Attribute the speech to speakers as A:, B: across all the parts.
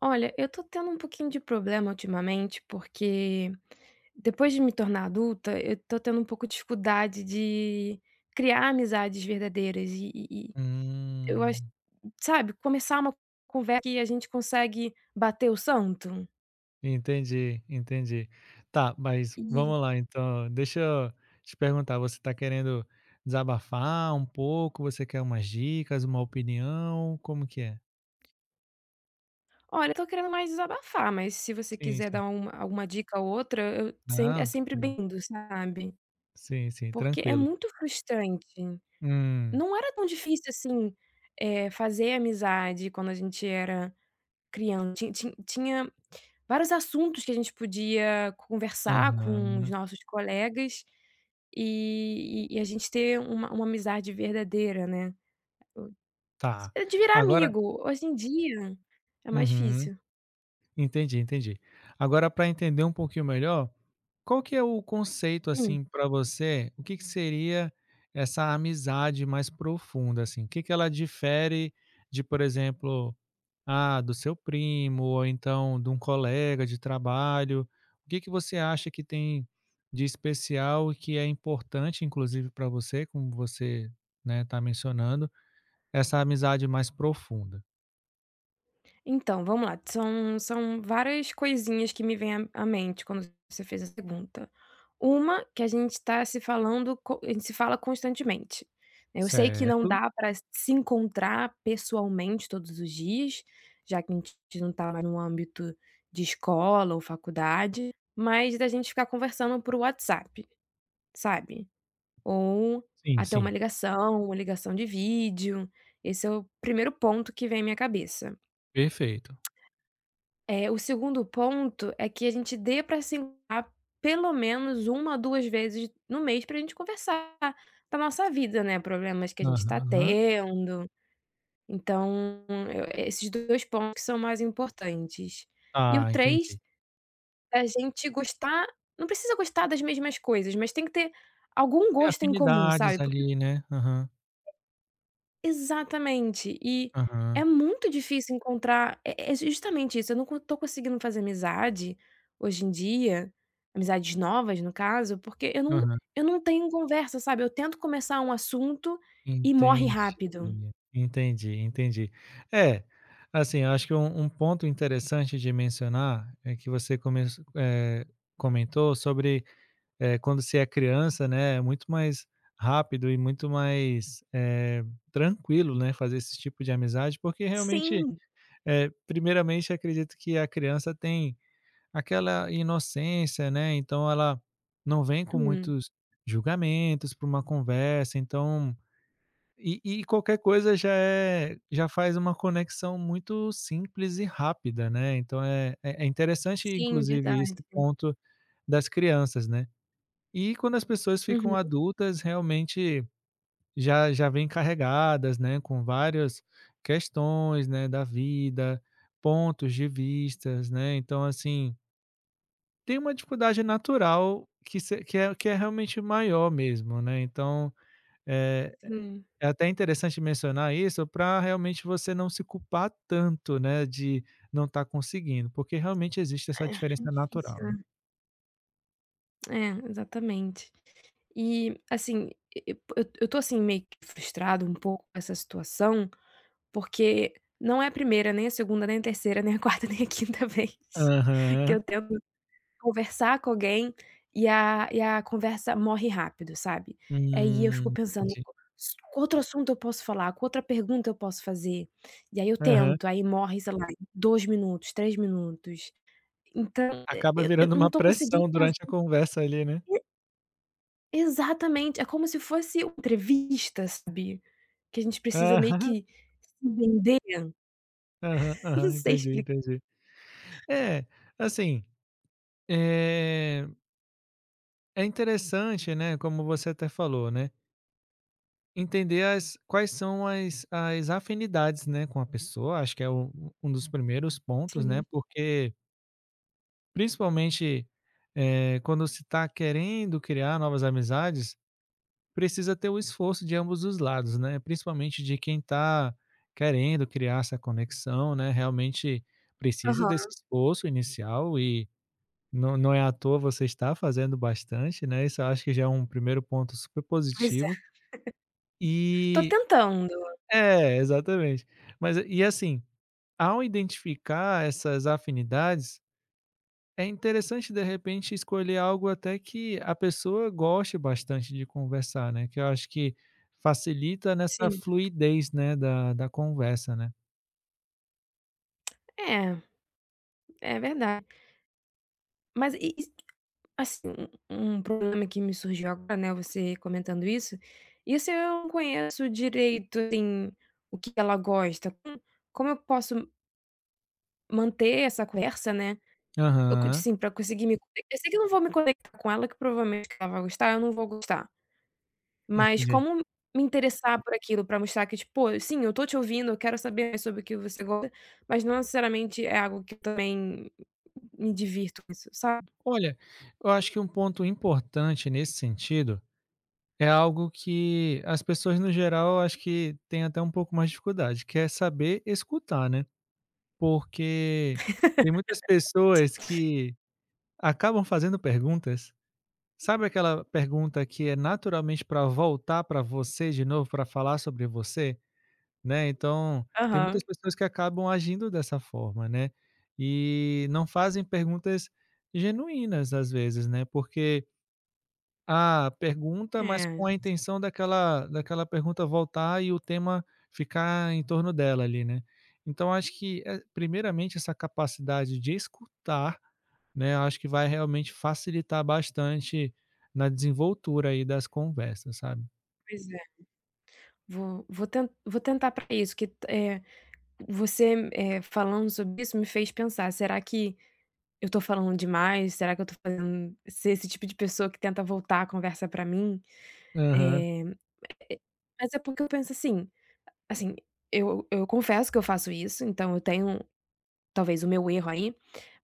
A: Olha, eu tô tendo um pouquinho de problema ultimamente, porque depois de me tornar adulta, eu tô tendo um pouco de dificuldade de criar amizades verdadeiras e eu acho
B: Hum,
A: sabe, começar uma conversa que a gente consegue bater o santo?
B: entendi, entendi. Tá, mas
A: E
B: vamos lá então, deixa eu te perguntar, você está querendo desabafar um pouco, você quer umas dicas, uma opinião, como que é?
A: olha, eu tô querendo mais desabafar, mas se você
B: Sim,
A: quiser dar
B: sim.
A: uma alguma dica ou outra, eu sem é
B: Não,
A: sempre
B: tranquilo.
A: bem-vindo, sabe.
B: Sim, sim,
A: Porque é
B: tranquilo.
A: muito frustrante.
B: Hum,
A: Não era tão difícil assim, fazer amizade quando a gente era criando ti ti tinha vários assuntos que a gente podia conversar com os
B: aham,
A: nossos colegas, e a gente ter uma amizade verdadeira, né.
B: tá.
A: De virar
B: Agora
A: amigo, hoje em dia é mais
B: Uhum.
A: difícil.
B: Entendi, entendi. Agora para entender um pouquinho melhor, qual que é o conceito, assim, para você, o que que seria essa amizade mais profunda, assim? O que que ela difere de, por exemplo, do seu primo ou então de um colega de trabalho? O que que você acha que tem de especial e que é importante, inclusive, para você, como você, né, tá mencionando, essa amizade mais profunda?
A: Então, vamos lá, são várias coisinhas que me vêm à mente quando você fez a pergunta. Uma, que a gente se fala constantemente, né? Eu sei que não
B: Certo.
A: dá para se encontrar pessoalmente todos os dias, já que a gente não está mais no âmbito de escola ou faculdade, mas da gente ficar conversando por WhatsApp, sabe, ou
B: Sim,
A: até
B: sim.
A: uma ligação de vídeo. Esse é o primeiro ponto que vem à minha cabeça.
B: Perfeito.
A: É, o segundo ponto é que a gente dê para se encontrar pelo menos 1, 2 vezes no mês para a gente conversar da nossa vida, né, problemas que a gente está
B: Aham.
A: tendo. Então, esses 2 pontos que são mais importantes. E o
B: Ah,
A: três,
B: entendi.
A: a gente gostar, não precisa gostar das mesmas coisas, mas tem que ter algum
B: E
A: gosto em comum,
B: afinidades
A: sabe.
B: ali, né. Aham,
A: Exatamente, e é
B: aham,
A: muito difícil encontrar, é justamente isso, eu não co- tô conseguindo fazer amizade hoje em dia, amizades novas no caso, porque
B: aham.
A: eu não tenho conversa, sabe, eu tento começar um assunto e morre
B: Entendi,
A: rápido.
B: entendi, entendi. É, assim, eu acho que um ponto interessante de mencionar é que você comentou sobre, quando se é criança, né, é muito mais rápido e muito mais, tranquilo, né, fazer esse tipo de amizade, porque realmente,
A: Sim.
B: primeiramente acredito que a criança tem aquela inocência, né, então ela não vem com
A: Hum,
B: muitos julgamentos para uma conversa, então e qualquer coisa já faz uma conexão muito simples e rápida, né, então é interessante
A: sim,
B: inclusive
A: verdade.
B: esse ponto das crianças, né. E quando as pessoas ficam
A: Uhum,
B: adultas, realmente já vêm carregadas, né, com várias questões, né, da vida, pontos de vistas, né, então assim, tem uma dificuldade natural que se que é que é realmente maior mesmo, né, então, eh,
A: sim,
B: é até interessante mencionar isso para realmente você não se culpar tanto, né, de não estar conseguindo, porque realmente existe essa
A: é
B: diferença natural,
A: difícil,
B: né.
A: né. É, exatamente. E, assim, e eu tô, assim, meio que frustrada um pouco com essa situação. Porque não é a primeira, nem a segunda, nem a terceira, nem a quarta, nem a quinta vez que
B: Aham.
A: eu tento conversar com alguém e a conversa morre rápido, sabe. Aí eu fico
B: Hum,
A: pensando:
B: entendi.
A: "S qual outro assunto eu posso falar? Qual outra pergunta eu posso fazer?". E aí eu
B: Aham.
A: tento, aí morre, sei lá, em 2 minutos, 3 minutos. Então,
B: Acaba
A: eu
B: virando
A: não
B: uma
A: tô conseguindo
B: pressão durante a
A: fazer.
B: conversa ali, né.
A: Exatamente, é como se fosse uma entrevista, sabe, que a gente precisa meio
B: Aham,
A: que se vender.
B: aham, aham,
A: Não sei
B: entendi,
A: explicar.
B: entendi. É, assim, eh, é interessante, né, como você até falou, né. Entender as quais são as afinidades, né, com a pessoa, acho que é o um dos primeiros pontos, né,
A: Sim.
B: porque principalmente, quando se está querendo criar novas amizades, precisa ter o esforço de ambos os lados, né, principalmente de quem está querendo criar essa conexão, né, realmente precisa desse
A: Aham,
B: esforço inicial e não é à toa você está fazendo bastante, né, isso eu acho que já é um primeiro ponto super
A: pois
B: positivo.
A: tô
B: E
A: tentando,
B: É, exatamente. Mas e assim, ao identificar essas afinidades, é interessante de repente escolher algo até que a pessoa goste bastante de conversar, né, que eu acho que facilita nessa
A: sim.
B: fluidez, né, da conversa, né.
A: É, é verdade. Mas assim, um problema que me surgiu agora, né, você comentando isso, isso eu não conheço direito, assim, o que ela gosta. Como eu posso manter essa conversa, né, eu co
B: Aham,
A: assim, pra conseguir me conec eu sei que eu não vou me conectar com ela, que provavelmente ela vai gostar, eu não vou gostar. Mas
B: entendi.
A: como me interessar por aquilo pra mostrar que tipo: "Pô, sim, eu tô te ouvindo, eu quero saber mais sobre o que você gosta, mas não necessariamente é algo que eu também me divirto com isso", sabe?
B: Olha, eu acho que um ponto importante nesse sentido é algo que as pessoas no geral, eu acho que têm até um pouco mais de dificuldade, que é saber escutar, né. Porque tem muitas pessoas que acabam fazendo perguntas, sabe aquela pergunta que é naturalmente para voltar para você de novo, para falar sobre você, né, então tem
A: Aham.
B: muitas pessoas que acabam agindo dessa forma, né, e não fazem perguntas genuínas às vezes, né, porque a pergunta, mas com
A: É,
B: a intenção daquela pergunta voltar e o tema ficar em torno dela ali, né. Então acho que, primeiramente essa capacidade de escutar, né, acho que vai realmente facilitar bastante na desenvoltura aí das conversas, sabe.
A: pois é. Vou tentar, pra isso que, é você, falando sobre isso me fez pensar: "Será que eu tô falando demais? Será que eu tô fazendo ser esse tipo de pessoa que tenta voltar a conversa pra mim?".
B: Aham,
A: Eh, eh, mas é porque eu penso assim, eu confesso que eu faço isso, então eu tenho, talvez, o meu erro aí,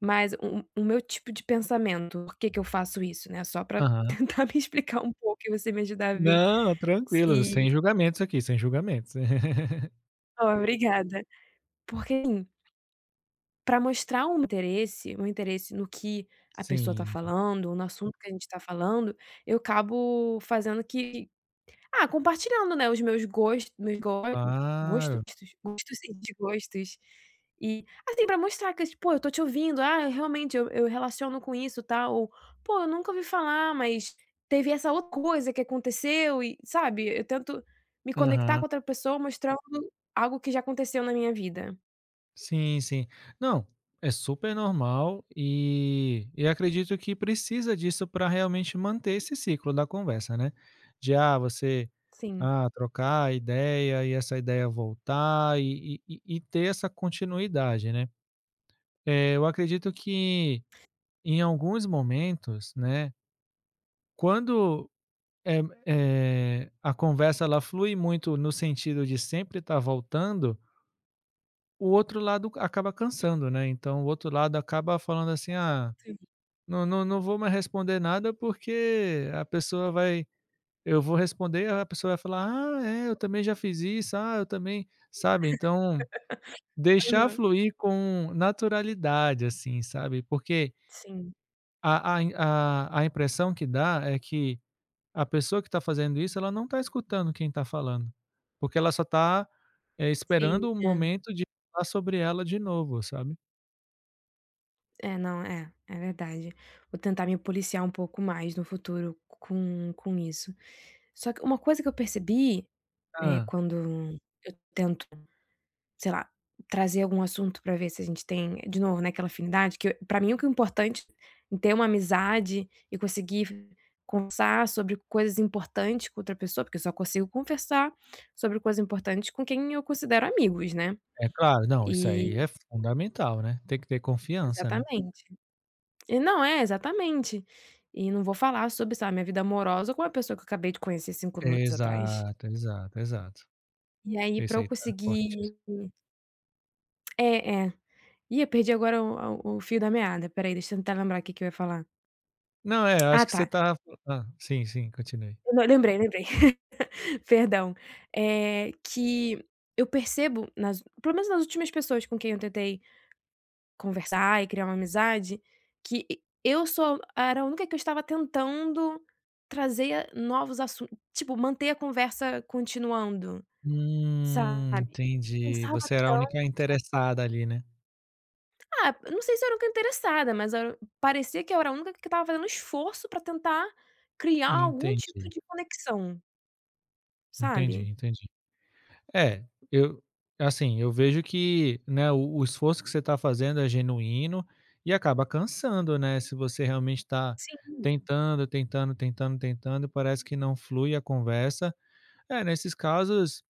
A: mas o meu tipo de pensamento, por que que eu faço isso, né, só para
B: aham.
A: tentar me explicar um pouco e você me ajudar a ver
B: Não, tranquilo,
A: se.
B: sem julgamentos aqui, sem julgamentos.
A: Ó, obrigada. Porque assim, para mostrar um interesse no que a pessoa tá
B: Sim,
A: falando, no assunto que a gente tá falando, eu acabo fazendo que, ah, compartilhando, né, os meus gostos, meus go gostos
B: claro.
A: gostos e desgostos. E, assim, pra mostrar que, tipo, pô, eu tô te ouvindo, ah, eu realmente eu relaciono com isso, tal, ou, pô, eu nunca ouvi falar, mas teve essa outra coisa que aconteceu e, sabe, eu tento me conectar
B: Aham.
A: com outra pessoa mostrando algo que já aconteceu na minha vida.
B: Sim, sim. Não, é super normal e acredito que precisa disso para realmente manter esse ciclo da conversa, né? De você
A: Sim,
B: trocar a ideia e essa ideia voltar e ter essa continuidade, né? Eu acredito que em alguns momentos, né, quando é, a conversa ela flui muito no sentido de sempre estar voltando. O outro lado acaba cansando, né, então o outro lado acaba falando assim: "Ah,
A: sim.
B: não vou mais responder nada porque a pessoa vai eu vou responder, a pessoa vai falar: "Ah, é, eu também já fiz isso, ah, eu também", sabe, então deixar
A: Aham.
B: fluir com naturalidade, assim, sabe, porque
A: Sim,
B: a impressão que dá é que a pessoa que está fazendo isso, ela não está escutando quem está falando, porque ela só está,
A: sim,
B: esperando o
A: é.
B: momento de falar sobre ela de novo, sabe.
A: É, não, é, é verdade. Vou tentar me policiar um pouco mais no futuro com isso. Só que uma coisa que eu percebi, né,
B: Hã.
A: quando eu tento, sei lá, trazer algum assunto pra ver se a gente tem, de novo, né, aquela afinidade, que pra mim o que é importante em ter uma amizade e conseguir conversar sobre coisas importantes com outra pessoa, porque eu só consigo conversar sobre coisas importantes com quem eu considero amigos, né?
B: É claro, não, isso
A: E
B: aí é fundamental, né, tem que ter confiança, né.
A: exatamente. E não, é, exatamente. E não vou falar sobre, sabe, minha vida amorosa com uma pessoa que eu acabei de conhecer cinco minutos atrás.
B: Exato, exato, exato.
A: E aí pra
B: Esse
A: eu
B: aí tá
A: conseguir,
B: corretíssimo.
A: é, é. Ih, eu perdi agora o fio da meada. Peraí, aí, deixa eu tentar lembrar o que que eu ia falar.
B: Não, é, eu
A: Ah
B: acho que
A: tá.
B: você tá Ah, sim, sim, continue.
A: Eu não, lembrei, lembrei. Perdão. Eh, que eu percebo nas, pelo menos nas últimas pessoas com quem eu tentei conversar e criar uma amizade, que e eu sou era a única que eu estava tentando trazer, novos assuntos, tipo, manter a conversa continuando, sabe.
B: Entendi,
A: Cansava,
B: você era a
A: tão,
B: única interessada ali, né.
A: ah, não sei se eu era a única interessada, mas era parecia que eu era a única que estava fazendo esforço para tentar criar algum tipo
B: Entendi,
A: de conexão, sabe.
B: entendi, entendi. É, eu assim, eu vejo que, né, o esforço que você está fazendo é genuíno e acaba cansando, né, se você realmente está
A: Sim,
B: tentando, tentando, tentando, tentando, parece que não flui a conversa. É, nesses casos,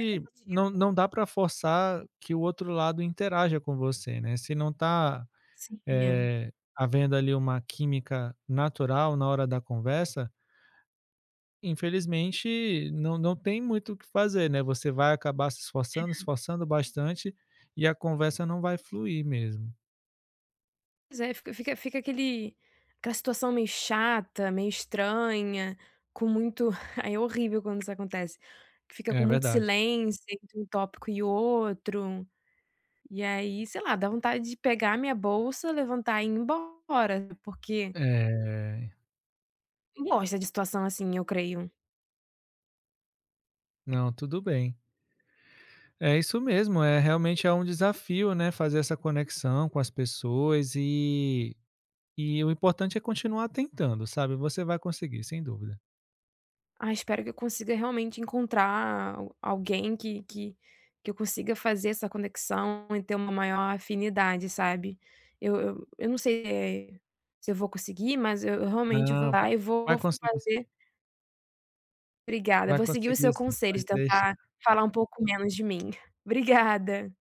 A: é cansativo.
B: não, não dá para forçar que o outro lado interaja com você, né? Se não tá
A: Sim, é.
B: eh, havendo ali uma química natural na hora da conversa, infelizmente não, não tem muito o que fazer, né? Você vai acabar se esforçando, esforçando bastante e a conversa não vai fluir mesmo.
A: Pois é, fica fica fica aquele aquela situação meio chata, meio estranha, com muito aí é horrível quando isso acontece, que fica com
B: É
A: muito
B: verdade.
A: silêncio entre um tópico e outro, e aí, sei lá, dá vontade de pegar a minha bolsa, levantar e ir embora, porque
B: É,
A: não gosta de situação assim, eu creio.
B: não, tudo bem. É isso mesmo, é realmente é um desafio, né, fazer essa conexão com as pessoas e o importante é continuar tentando, sabe, você vai conseguir, sem dúvida.
A: Ah, espero que eu consiga realmente encontrar al alguém que que eu consiga fazer essa conexão e ter uma maior afinidade, sabe. Eu não sei, eh, se eu vou conseguir, mas eu realmente vou
B: Não, vai
A: lá e vou
B: vai conseguir
A: fazer.
B: sim,
A: Obrigada,
B: vai
A: vou seguir o seu
B: conseguir sim,
A: conselho de
B: pode
A: tentar
B: deixar.
A: falar um pouco menos de mim. Obrigada.